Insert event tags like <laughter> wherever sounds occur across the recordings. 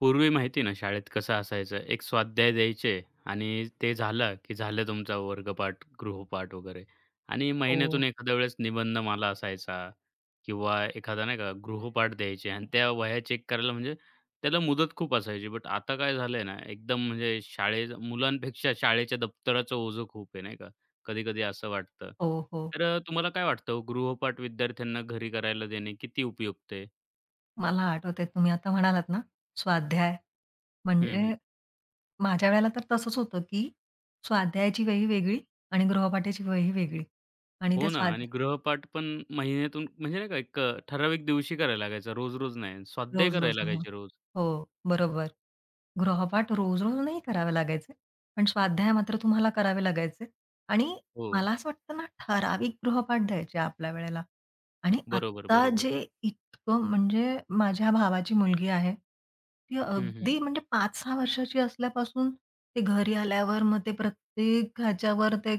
पूर्वी माहिती ना शाळेत कसं असायचं, एक स्वाध्याय द्यायचे आणि ते झालं, की झालं तुमचा वर्गपाठ, गृहपाठ वगैरे आणि महिन्यातून हो, एखाद्या वेळेस निबंधमाला असायचा किंवा एखादा नाही का गृहपाठ द्यायचे आणि त्या वह्या चेक करायला म्हणजे त्याला मुदत खूप असायची. बट आता काय झालंय ना, एकदम म्हणजे शाळे मुलांपेक्षा शाळेच्या दप्तराचं ओझं खूप आहे, नाही का? कधी-कधी असं वाटतं. हो, हो. तर तुम्हाला काय वाटतं, गृहपाठ विद्यार्थ्यांना घरी करायला देणे किती उपयुक्त आहे? मला आठवतंय तुम्ही आता म्हणालात ना, स्वाध्याय हं, हं. म्हणजे माझ्या वेळेला तर तसंच होतं, की स्वाध्यायाची वही वेगळी आणि गृहपाठाची वही वेगळी आणि त्या हो ना आणि स्वाध्या गृहपाठ पण महिन्यातून म्हणजे नाही का एक ठराविक दिवशी करायला लागायचा, रोज-रोज नाही. स्वाध्याय रोज-रोज. करायला लागायचे रोज. हो, बरोबर. गृहपाठ रोज-रोज नाही करावे लागायचे. पण स्वाध्याय मात्र तुम्हाला करावे लागायचे आणि हो. मला असं वाटतं ना, ठराविक गृहपाठ द्यायचे आपल्या वेळेला आणि बरोबर, आत्ता बरोबर. जे इतकं म्हणजे माझ्या भावाची मुलगी आहे, ती हं, हं. अगदी म्हणजे 5-6 वर्षाची असल्यापासून ते घरी आल्यावर मग ते प्रत्येक ह्याच्यावर ते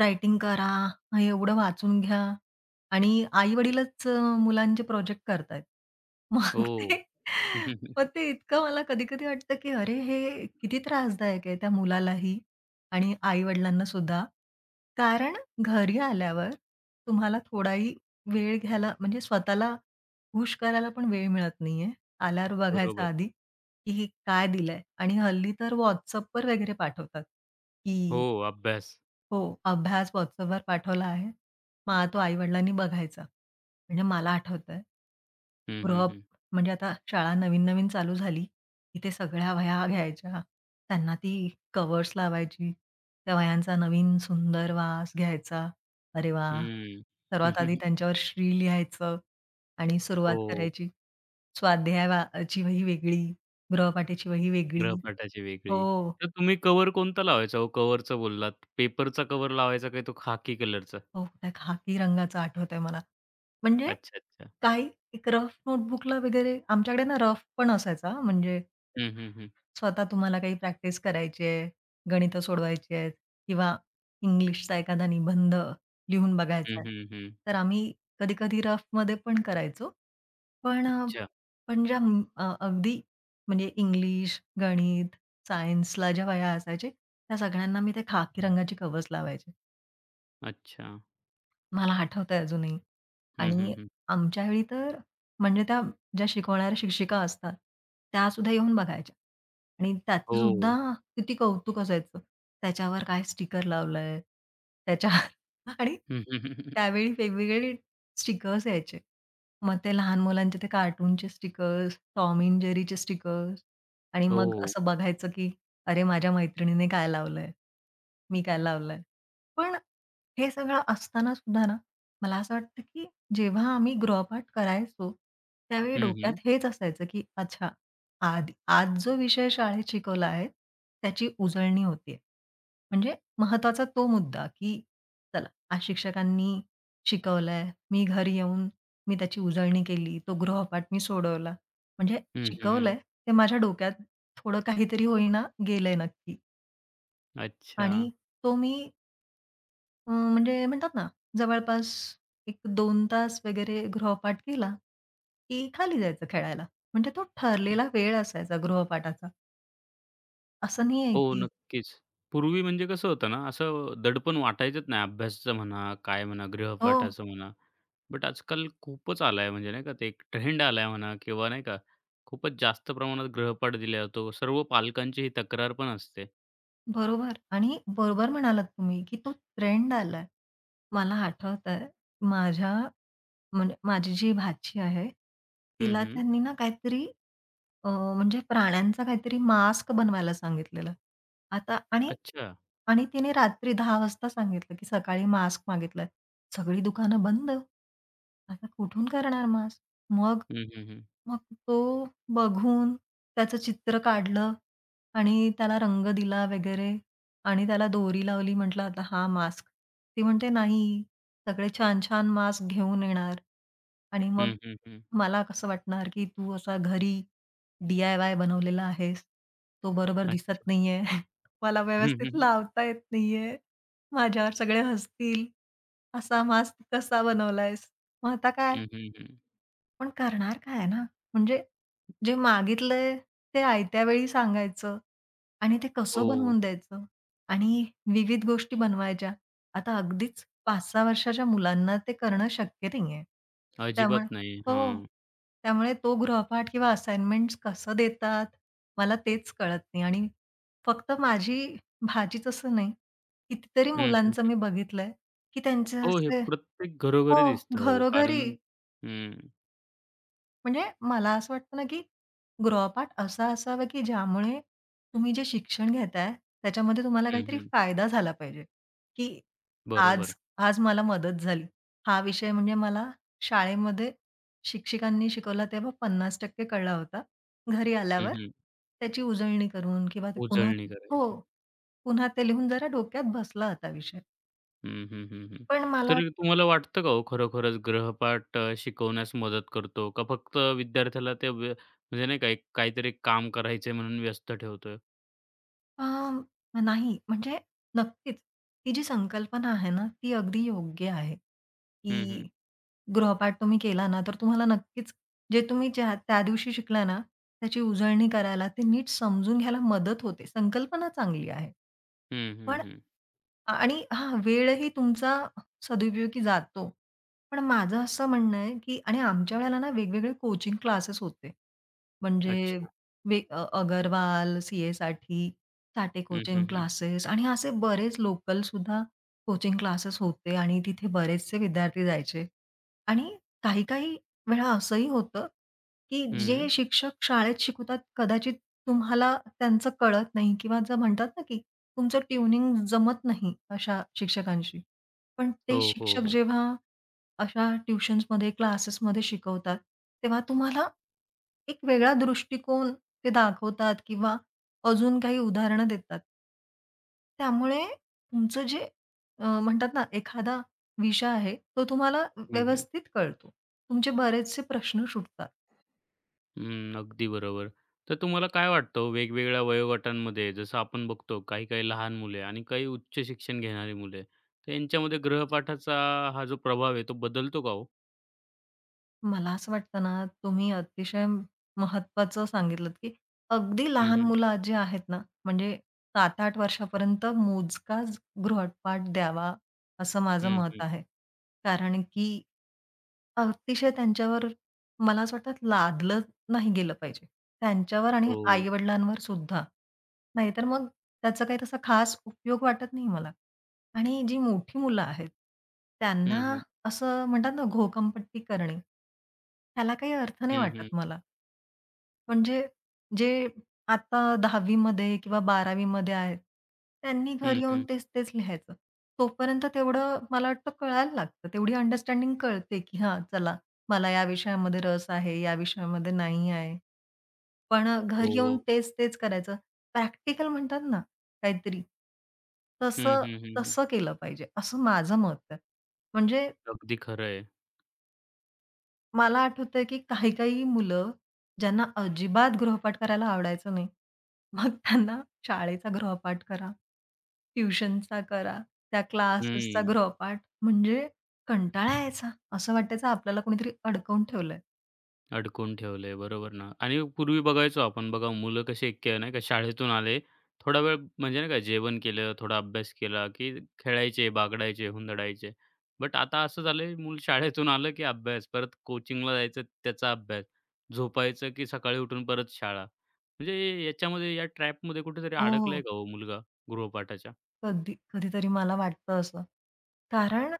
रायटिंग करा, हं, एवढं वाचून घ्या आणि आई-वडीलच मुलांचे प्रोजेक्ट करतायत. मग हो. ते मग <laughs> ते इतकं मला कधी-कधी वाटतं, की अरे, हे किती त्रासदायक आहे त्या मुलालाही आणि आई-वडिलांना सुद्धा. कारण घरी आल्यावर तुम्हाला थोडाही वेळ घ्यायला म्हणजे स्वतःला खुश करायला पण वेळ मिळत नाहीये. आल्यावर बघायचा बरोबर. आधी, की हे काय दिलंय आणि हल्ली तर WhatsAppवर वगैरे पाठवतात, हो, की अभ्यास. हो, अभ्यास WhatsAppवर पाठवला आहे. मग हा तो आई-वडिलांनी बघायचा. म्हणजे मला आठवतंय हं, ग्रो हं, अप हं. म्हणजे आता शाळा नवीन-नवीन चालू झाली, तिथे सगळ्या वह्या घ्यायच्या. त्यांना ती कव्हर्स लावायची. त्या वह्यांचा नवीन सुंदर वास घ्यायचा. अरे वा, हं. सर्वात आधी <laughs> त्यांच्यावर श्री लिहायचं आणि सुरुवात हो, करायची. स्वाध्याय वा ची वही वेगळी, गृहपाठेची वही वेगळी. गृहपाठाची हो, वेगळी. तर तुम्ही कव्हर कोणता लावायचा हो? कव्हरचं बोललात. पेपरचा कव्हर लावायचा काय तो खाकी कलरचा? हो, त्या खाकी रंगाचं आठवतंय मला. म्हणजे अच्छा, अच्छा. काही एक रफ नोटबुकला वगैरे आमच्याकडे ना रफ पण असायचा म्हणजे हं, हं, हं. स्वतः तुम्हाला काही प्रॅक्टिस करायची आहे, गणितं सोडवायची आहेत किंवा इंग्लिशचा एखादा निबंध लिहून बघायचा हं, आहे. हं, हं. तर आम्ही कधी-कधी रफमध्ये पण करायचो. पण अ, अच्छा, पण ज्या म- अ, अगदी म्हणजे इंग्लिश, गणित, सायन्सला ज्या वह्या असायचे, त्या सगळ्यांना मी ते खाकी रंगाची कव्हर्स लावायचे. अच्छा. मला आठवतंय अजूनही. हं, हं, आणि हं. आमच्या वेळी तर म्हणजे त्या ज्या शिकवणाऱ्या शिक्षिका असतात, त्यासुद्धा येऊन बघायच्या आणि त्याचंसुद्धा हो. किती कौतुक असायचं. त्याच्यावर काय स्टिकर लावलंय, त्याच्यावर <laughs> आणि हम्म, हम्म, हम्म, हम्म. त्यावेळी वेगवेगळे स्टिकर्स यायचे. मग ते लहान मुलांचे ते कार्टूनचे स्टिकर्स, टॉम एंड जेरीचे स्टिकर्स आणि मग हो. असं बघायचं, की अरे माझ्या मैत्रिणीने काय लावलंय, मी काय लावलंय. पण हे सगळं असताना सुद्धा ना, मला असं वाटतं, की जेव्हा आम्ही गृहपाठ करायचो, त्यावेळी हं, हं. डोक्यात हेच असायचं, की अच्छा आज आज जो विषय शाळेत शिकवला आहे, त्याची उजळणी होतीये. म्हणजे महत्त्वाचा तो मुद्दा, की चला आज शिक्षकांनी शिकवलंय, मी घरी येऊन मी त्याची उजळणी केली, तो गृहपाठ मी सोडवला. म्हणजे हं, हं, हं. शिकवलंय ते माझ्या डोक्यात थोडं काहीतरी होईना गेलंय नक्की अच्छा. आणि तो मी म्हणजे म्हणतात ना, जवळपास एक 2 तास वगैरे गृहपाठ केला, की खाली जायचं खेळायला. म्हणजे तो ठरलेला वेळ असायचा गृहपाठाचा. असं नाही आहे हो, की नक्कीच. पूर्वी म्हणजे कसं होतं ना, असं दडपण वाटायचंच नाही. अभ्यासाचं म्हणा, काय म्हणा, हो, गृहपाठाचं म्हणा. बट आजकाल खूपच आलाय म्हणजे नाही का, ते एक ट्रेंड आलाय म्हणा किंवा नाही का, खूपच जास्त प्रमाणात गृहपाठ दिला जातो. सर्व पालकांची ही तक्रार पण असते. बरोबर. आणि बरोबर म्हणालात तुम्ही, की तो ट्रेंड आलाय. मला आठवतंय माझ्या म्हणजे माझी जी भाची आहे, हं, तिला हं. त्यांनी ना काहीतरी अ, म्हणजे प्राण्यांचा काहीतरी मास्क बनवायला सांगितलेलं. आता आणि अच्छा. आणि तिने रात्री 10:00 वाजता सांगितलं, की सकाळी मास्क मागितलाय. सगळी दुकानं बंद. आता कुठून करणार मास्क? मग हं, हं, हं. मग तो बघून त्याचं चित्र काढलं आणि त्याला रंग दिला वगैरे आणि त्याला दोरी लावली. म्हटलं, "आता हा मास्क." ती म्हणते, "नाही, सगळे छान-छान मास्क घेऊन येणार." आणि मग हं, हं, हं. मला कसं वाटणार, की तू असा घरी डी-आय-वाय बनवलेला आहेस, तो बरोबर दिसत अच्छा. नाहीये. <laughs> मला हं, हं, व्यवस्थित हं. लावता येत नाहीये. माझ्यावर सगळे हसतील. असा मास्क कसा बनवलायस? मग आता काय? हं, हं, हं. पण करणार काय ना? म्हणजे जे मागितलंय ते आयत्या वेळी सांगायचं. आणि ते कसं हो. बनवून द्यायचं आणि विविध गोष्टी बनवायच्या. आता अगदीच 5-6 वर्षाच्या मुलांना ते करणं शक्य नाहीये. त्यामुळे अजिबात नाही. हो. हां. त्यामुळे तो गृहपाठ किंवा असाइनमेंट्स कसं देतात, मला तेच कळत नाही आणि फक्त माझी भाचीच असं नाही, कितीतरी हं, हं, मुलांचं हं. मी बघितलंय, की त्यांचे हो, हे असे प्रत्येक हो, घरोघरी दिसतं. हो, घरोघरी कारण हं. म्हणजे मला असं वाटतं ना, की गृहपाठ असा असावा, की ज्यामुळे तुम्ही जे शिक्षण घेताय, त्याच्यामध्ये तुम्हाला हं, काहीतरी हं. फायदा झाला पाहिजे, की आज बरोबर. आज मला मदत झाली. हा विषय म्हणजे मला शाळेमध्ये शिक्षिकांनी शिकवला तेव्हा 50% कळला होता. घरी हं, आल्यावर हं. त्याची उजळणी करून किंवा ते पुन्हा उजळणी करायची. हो, पुन्हा ते लिहून जरा डोक्यात बसला होता विषय. हं, हं, हं, हं. पण मला तर तुम्हाला वाटतं का हो खरोखरच ग्रहपाठ शिकवण्यास मदत करतो का फक्त विद्यार्थ्याला ते म्हणजे नाही का एक काहीतरी काम करायचंय म्हणून व्यस्त ठेवतोय? अ, नाही, म्हणजे नक्कीच, ही जी संकल्पना आहे ना, ती अगदी योग्य आहे, हं, हं. की गृहपाठ तुम्ही केला ना, तर तुम्हाला नक्कीच जे तुम्ही ज्या त्या दिवशी शिकला ना, त्याची उजळणी करायला, ते नीट समजून घ्यायला मदत होते. संकल्पना चांगली आहे. हं, हं, पण हं. आणि हां, वेळही तुमचा सदुपयोगी जातो. पण माझं असं म्हणणं आहे, की आणि आमच्या वेळेला ना वेगवेगळे कोचिंग क्लासेस होते. म्हणजे अच्छा. अगरवाल, सीएसाठी, साठे हं, कोचिंग हं, हं. क्लासेस आणि असे बरेच लोकलसुद्धा कोचिंग क्लासेस होते आणि तिथे बरेचसे विद्यार्थी जायचे. आणि काही-काही वेळा असंही होतं, की जे हं. शिक्षक शाळेत शिकवतात कदाचित तुम्हाला त्यांचं कळत नाही किंवा जर म्हणतात ना, की तुमचं ट्यूनिंग जमत नाही अशा शिक्षकांशी. पण ते हो, हो, शिक्षक हो. जेव्हा अशा ट्युशन्समध्ये, क्लासेसमध्ये शिकवतात, तेव्हा तुम्हाला एक वेगळा दृष्टिकोन ते दाखवतात किंवा अजून काही उदाहरणं देतात. त्यामुळे तुमचं जे म्हणतात ना, एखादा विषय आहे, तो तुम्हाला हं, हं. व्यवस्थित कळतो. तुमचे बरेचसे प्रश्न सुटतात. हं. अगदी बरोबर. तर तुम्हाला काय वाटतं हो वेगवेगळ्या वयोगटांमध्ये जसं आपण बघतो काही-काही लहान मुले आणि काही उच्च शिक्षण घेणारी मुले, तर यांच्यामध्ये ग्रहपाठाचा हा जो प्रभाव आहे तो बदलतो का हो? मला असं वाटतं ना, तुम्ही अतिशय महत्त्वाचं सांगितलंत, की अगदी हं, लहान हं. मुलं जे आहेत ना, म्हणजे 7-8 वर्षापर्यंत मोजकाच गृहपाठ द्यावा, असं माझं हं, मत हं. आहे. कारण की अतिशय त्यांच्यावर मला असं वाटतं लादलं नाही गेलं पाहिजे. त्यांच्यावर आणि हो. आई-वडिलांवर सुद्धा. नाहीतर मग त्याचा काही तसा खास उपयोग वाटत नाही मला. आणि जी मोठी मुलं आहेत, हं, त्यांना हं. असं म्हणतात ना, घोकंपट्टी करणे. ह्याला काही अर्थ नाही हं, हं. वाटत मला. म्हणजे जे आता 10वी मध्ये किंवा 12वी मध्ये आहेत, त्यांनी हं, घरी येऊन हं. तेच-तेच लिहायचं. तोपर्यंत तेवढं मला वाटतं कळायला लागतं. तेवढी अंडरस्टँडिंग कळते, की हां, चला मला या विषयामध्ये रस आहे, या विषयामध्ये नाही आहे. पण हो, घरी येऊन हो. तेच-तेच करायचं. प्रॅक्टिकल म्हणतात ना, काहीतरी. हं, तसं हं, हं, हं. तसं केलं पाहिजे, असं माझं मत आहे. म्हणजे अगदी खरं आहे. मला आठवतंय, की काही-काही मुलं ज्यांना अजिबात गृहपाठ करायला आवडायचं नाही. मग त्यांना शाळेचा गृहपाठ करा, ट्युशनचा करा, त्या क्लासेसचा हं. गृहपाठ म्हणजे कंटाळा यायचा. असं वाटायचं आपल्याला कोणीतरी अडकवून ठेवलंय. अडकून ठेवलंय. बरोबर ना आणि पूर्वी बघायचो आपण बघा मुलं कशी एक नाही का शाळेतून आले, थोडा वेळ म्हणजे नाही का जेवण केलं, थोडा अभ्यास केला, की खेळायचे, बागडायचे, हुंदडायचे. बट आता असं झालंय मूल शाळेतून आलं, की अभ्यास, परत कोचिंगला जायचं त्याचा अभ्यास, झोपायचं, की सकाळी उठून परत शाळा. म्हणजे याच्यामध्ये या ट्रॅपमध्ये कुठेतरी हो. अडकलाय का हो मुलगा गृहपाठाच्या? कधी कधीतरी मला वाटतं असं. कारण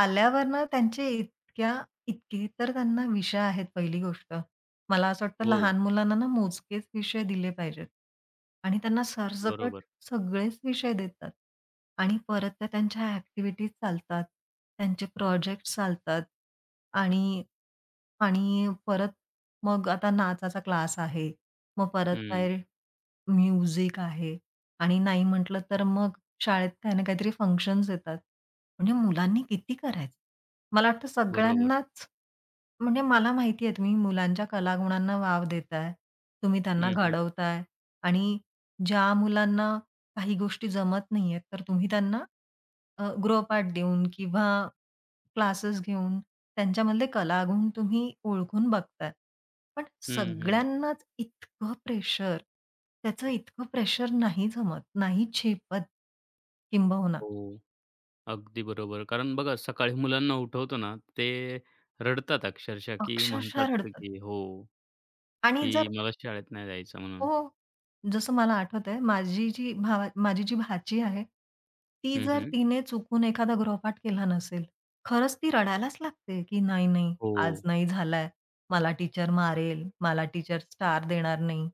आल्यावर ना त्यांचे इतक्या इतके तर त्यांना विषय आहेत पहिली गोष्ट. मला असं वाटतं हो, लहान मुलांना ना मोजकेच विषय दिले पाहिजेत आणि त्यांना सरसकट बरोबर. सगळेच विषय देतात आणि परत त्या त्यांच्या ॲक्टिव्हिटीज चालतात, त्यांचे प्रोजेक्ट्स चालतात आणि आणि मग आता नाचाचा क्लास आहे, मग परत हं, काय म्युझिक आहे आणि नाही म्हटलं तर मग शाळेत काही ना काहीतरी फंक्शन्स येतात. म्हणजे मुलांनी किती करायचं? मला वाटतं बरोबर. सगळ्यांनाच म्हणजे मला माहिती आहे तुम्ही मुलांच्या कलागुणांना वाव देताय. तुम्ही त्यांना हं, हं. घडवताय आणि ज्या मुलांना काही गोष्टी जमत नाहीयेत, तर तुम्ही त्यांना गृहपाठ देऊन किंवा क्लासेस घेऊन, त्यांच्यामधले कलागुण तुम्ही ओळखून बघताय. पण हं, हं. सगळ्यांनाच इतकं प्रेशर, त्याचं इतकं प्रेशर नाही जमत, नाही झेपत किंबहुना. हो, अगदी बरोबर. कारण बघा सकाळी मुलांना उठवतो ना, ते रडतात अक्षरशः, की अक्षरशः म्हणतात रडतात की हो, आणि की जर मला शाळेत नाही जायचं म्हणून. हो. जसं मला आठवतंय, माझी जी भाची आहे, ती हं, जर हं. तिने चुकून एखादा गृहपाठ केला नसेल, खरंच ती रडायलाच लागते, की "नाही, नाही, हो. आज नाही झालाय. मला टीचर मारेल, मला टीचर स्टार देणार नाही."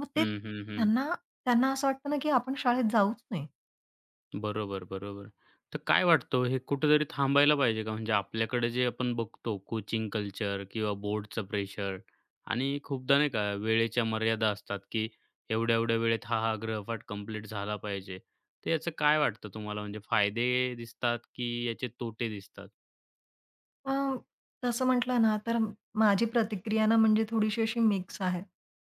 मग ते हं, हं, हं. त्यांना त्यांना असं वाटतं ना, की आपण शाळेत जाऊच नये. बरोबर, बरोबर. तर काय वाटतं हो, हे कुठेतरी थांबायला पाहिजे का? म्हणजे आपल्याकडे जे आपण बघतो कोचिंग कल्चर किंवा बोर्डचं प्रेशर आणि खूपदा नाही का वेळेच्या मर्यादा असतात, की एवढ्या-एवढ्या वेळेत हा गृहपाठ कंप्लीट झाला पाहिजे. तर याचं काय वाटतं तुम्हाला म्हणजे फायदे दिसतात की याचे तोटे दिसतात? अ, तसं म्हटलं ना, तर माझी प्रतिक्रिया ना, म्हणजे थोडीशी अशी मिक्स आहे.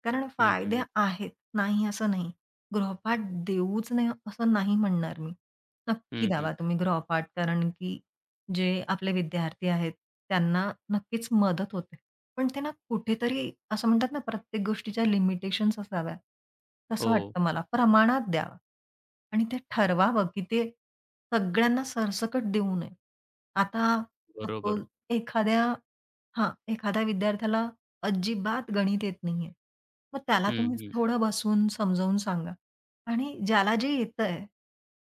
कारण हं, फायदे हं. आहेत, नाही असं नाही. गृहपाठ देऊच नाही, असं नाही म्हणणार मी. नक्की हं, हं. द्यावा तुम्ही गृहपाठ, कारण की जे आपले विद्यार्थी आहेत, त्यांना नक्कीच मदत होते. पण ते ना, कुठेतरी असं म्हणतात ना, प्रत्येक गोष्टीच्या लिमिटेशन्स असाव्या. तसं हो, वाटतं मला. प्रमाणात द्यावा आणि ते ठरवावं, की ते सगळ्यांना सरसकट देऊ नये. आता सपोज बरोबर. एखाद्या हां, एखाद्या विद्यार्थ्याला अजिबात गणित येत नाहीये. मग त्याला हं, तुम्ही हं. थोडं बसून समजावून सांगा आणि ज्याला जे येतंय,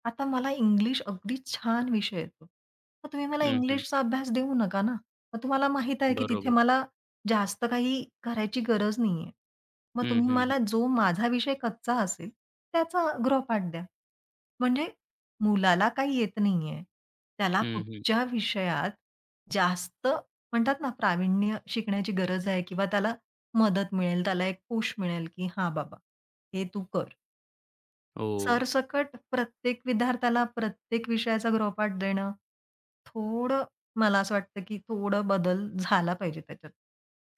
आता मला इंग्लिश अगदी छान विषय येतो. मग तुम्ही मला हं, हं. इंग्लिशचा अभ्यास देऊ नका ना. मग तुम्हाला माहीत आहे की तिथे बरोबर. मला जास्त काही करायची गरज नाहीये. मग हं, तुम्ही हं, मला हं. जो माझा विषय कच्चा असेल, त्याचा गृहपाठ द्या. म्हणजे मुलाला काही येत नाहीये. त्याला हं, हं. कुठच्या विषयात जास्त म्हणतात ना, प्रावीण्य शिकण्याची गरज आहे किंवा त्याला मदत मिळेल, त्याला एक पुश मिळेल, की "हां बाबा, हे तू कर." हो. सरसकट प्रत्येक विद्यार्थ्याला प्रत्येक विषयाचा गृहपाठ देणं, थोडं मला असं वाटतं, की थोडं बदल झाला पाहिजे त्याच्यात.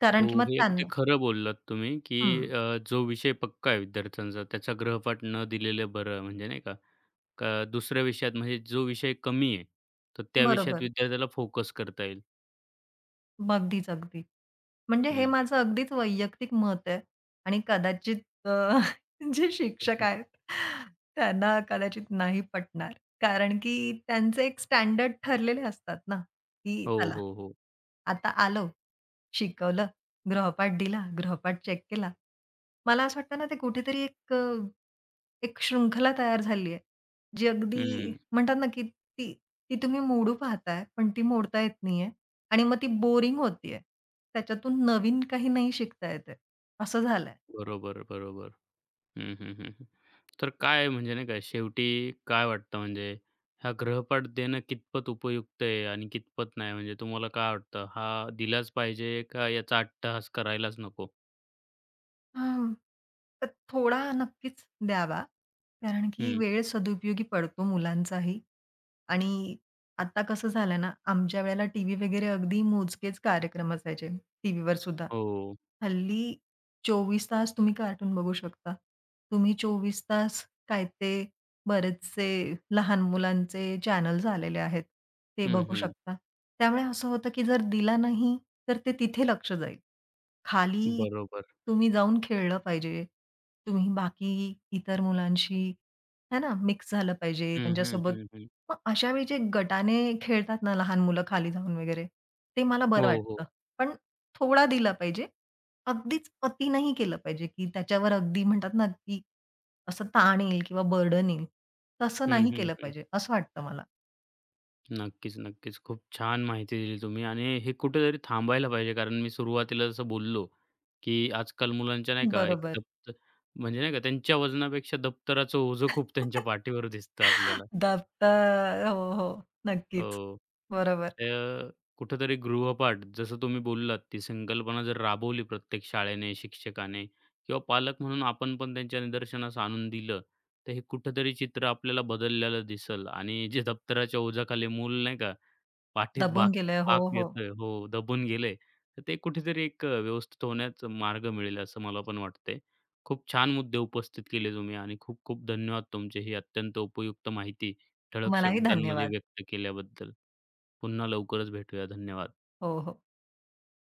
कारण हो, की मग हे अगदी त्यांना खरं बोललात तुम्ही, की हं, जो विषय पक्का आहे विद्यार्थ्यांचा त्याचा ग्रहपाठ न दिलेलं बरं. म्हणजे नाही का, का दुसऱ्या विषयात म्हणजे जो विषय कमी आहे, तर त्या विषयात बरोबर. विद्यार्थ्याला फोकस करता येईल. अगदीच, अगदी. म्हणजे हे हं, माझं हं, अगदीच वैयक्तिक मत आहे आणि कदाचित <laughs> जे शिक्षक आहेत त्यांना कदाचित नाही पटणार. कारण की त्यांचे एक स्टँडर्ड ठरलेले असतात ना, की हो, चला, हो, हो. आता आलो शिकवलं, गृहपाठ दिला, गृहपाठ चेक केला. मला असं वाटतं ना, ते कुठेतरी एक एक शृंखला तयार झाली आहे, जी अगदी हं, म्हणतात ना, की ती ती तुम्ही मोडू पाहताय, पण ती मोडता येत नाहीये आणि मग ती बोरिंग होतीये. त्याच्यातून नवीन काही नाही शिकता येत आहे, असं झालंय. बरोबर, बरोबर. हं, हं, हं, हं. तर काय म्हणजे नाही का, शेवटी काय वाटतं म्हणजे हा ग्रहपाठ देणं कितपत उपयुक्त आहे आणि कितपत नाही? म्हणजे तुम्हाला काय वाटतं, हा दिलाच पाहिजे का याचा अट्टहास करायलाच नको? हां. तर थोडा नक्कीच द्यावा. कारण की हं. वेळ सदुपयोगी पडतो मुलांचाही. आणि आता कसं झालं ना, आमच्या वेळेला टीव्ही वगैरे अगदी मोजकेच कार्यक्रम असायचे टीव्हीवर सुद्धा. हो. हल्ली 24 तास तुम्ही कार्टून बघू शकता. तुम्ही 24 तास काय ते बरेचसे लहान मुलांचे चॅनल्स आलेले आहेत. ते हं, बघू हं. शकता. त्यामुळे असं होतं की जर दिला नाही, तर ते तिथे लक्ष जाईल. खाली बरोबर. तुम्ही जाऊन खेळलं पाहिजे. तुम्ही बाकी इतर मुलांशी है ना, मिक्स झालं पाहिजे हं, हं, त्यांच्यासोबत. हं, हं. मग अशा वेळी जे गटाने खेळतात ना लहान मुलं खाली जाऊन वगैरे, ते मला हो, बरं हो. वाटतं. पण थोडा दिला पाहिजे. अगदीच अति नाही केलं पाहिजे, की त्याच्यावर अगदी म्हणतात ना, की असं ताण येईल किंवा बर्डन येईल. तसं हं, नाही हं, केलं हं. पाहिजे असं वाटतं मला. नक्कीच, नक्कीच. खूप छान माहिती दिली तुम्ही आणि हे कुठेतरी थांबायला पाहिजे. कारण मी सुरुवातीला जसं बोललो, की आजकाल मुलांच्या नाही का एक बरोबर. दप्तर म्हणजे नाही का त्यांच्या वजनापेक्षा दप्तराचं ओझं खूप त्यांच्या <laughs> पाठीवर दिसतं आपल्याला. दाबता हो, हो. नक्कीच. हो. बरोबर. तर कुठेतरी गृहपाठ जसं तुम्ही बोललात, ती संकल्पना जर राबवली प्रत्येक शाळेने, शिक्षकाने किंवा पालक म्हणून आपण पण त्यांच्या निदर्शनास आणून दिलं, तर हे कुठेतरी चित्र आपल्याला बदललेलं दिसेल आणि जे दप्तराच्या ओझ्याखाली मूल नाही का पाठीत भाग दबून गेलंय. हो, भाग हो. येतोय. हो, दबून गेले. तर ते कुठेतरी एक व्यवस्थित होण्याचा मार्ग मिळेल असं मला पण वाटतंय. खूप छान मुद्दे उपस्थित केले तुम्ही आणि खूप-खूप धन्यवाद तुमचे. ही अत्यंत उपयुक्त माहिती ठळक तुम्हालाही शब्दांमध्ये धन्यवाद. व्यक्त केल्याबद्दल. पुन्हा लवकरच भेटूया. धन्यवाद. हो, हो.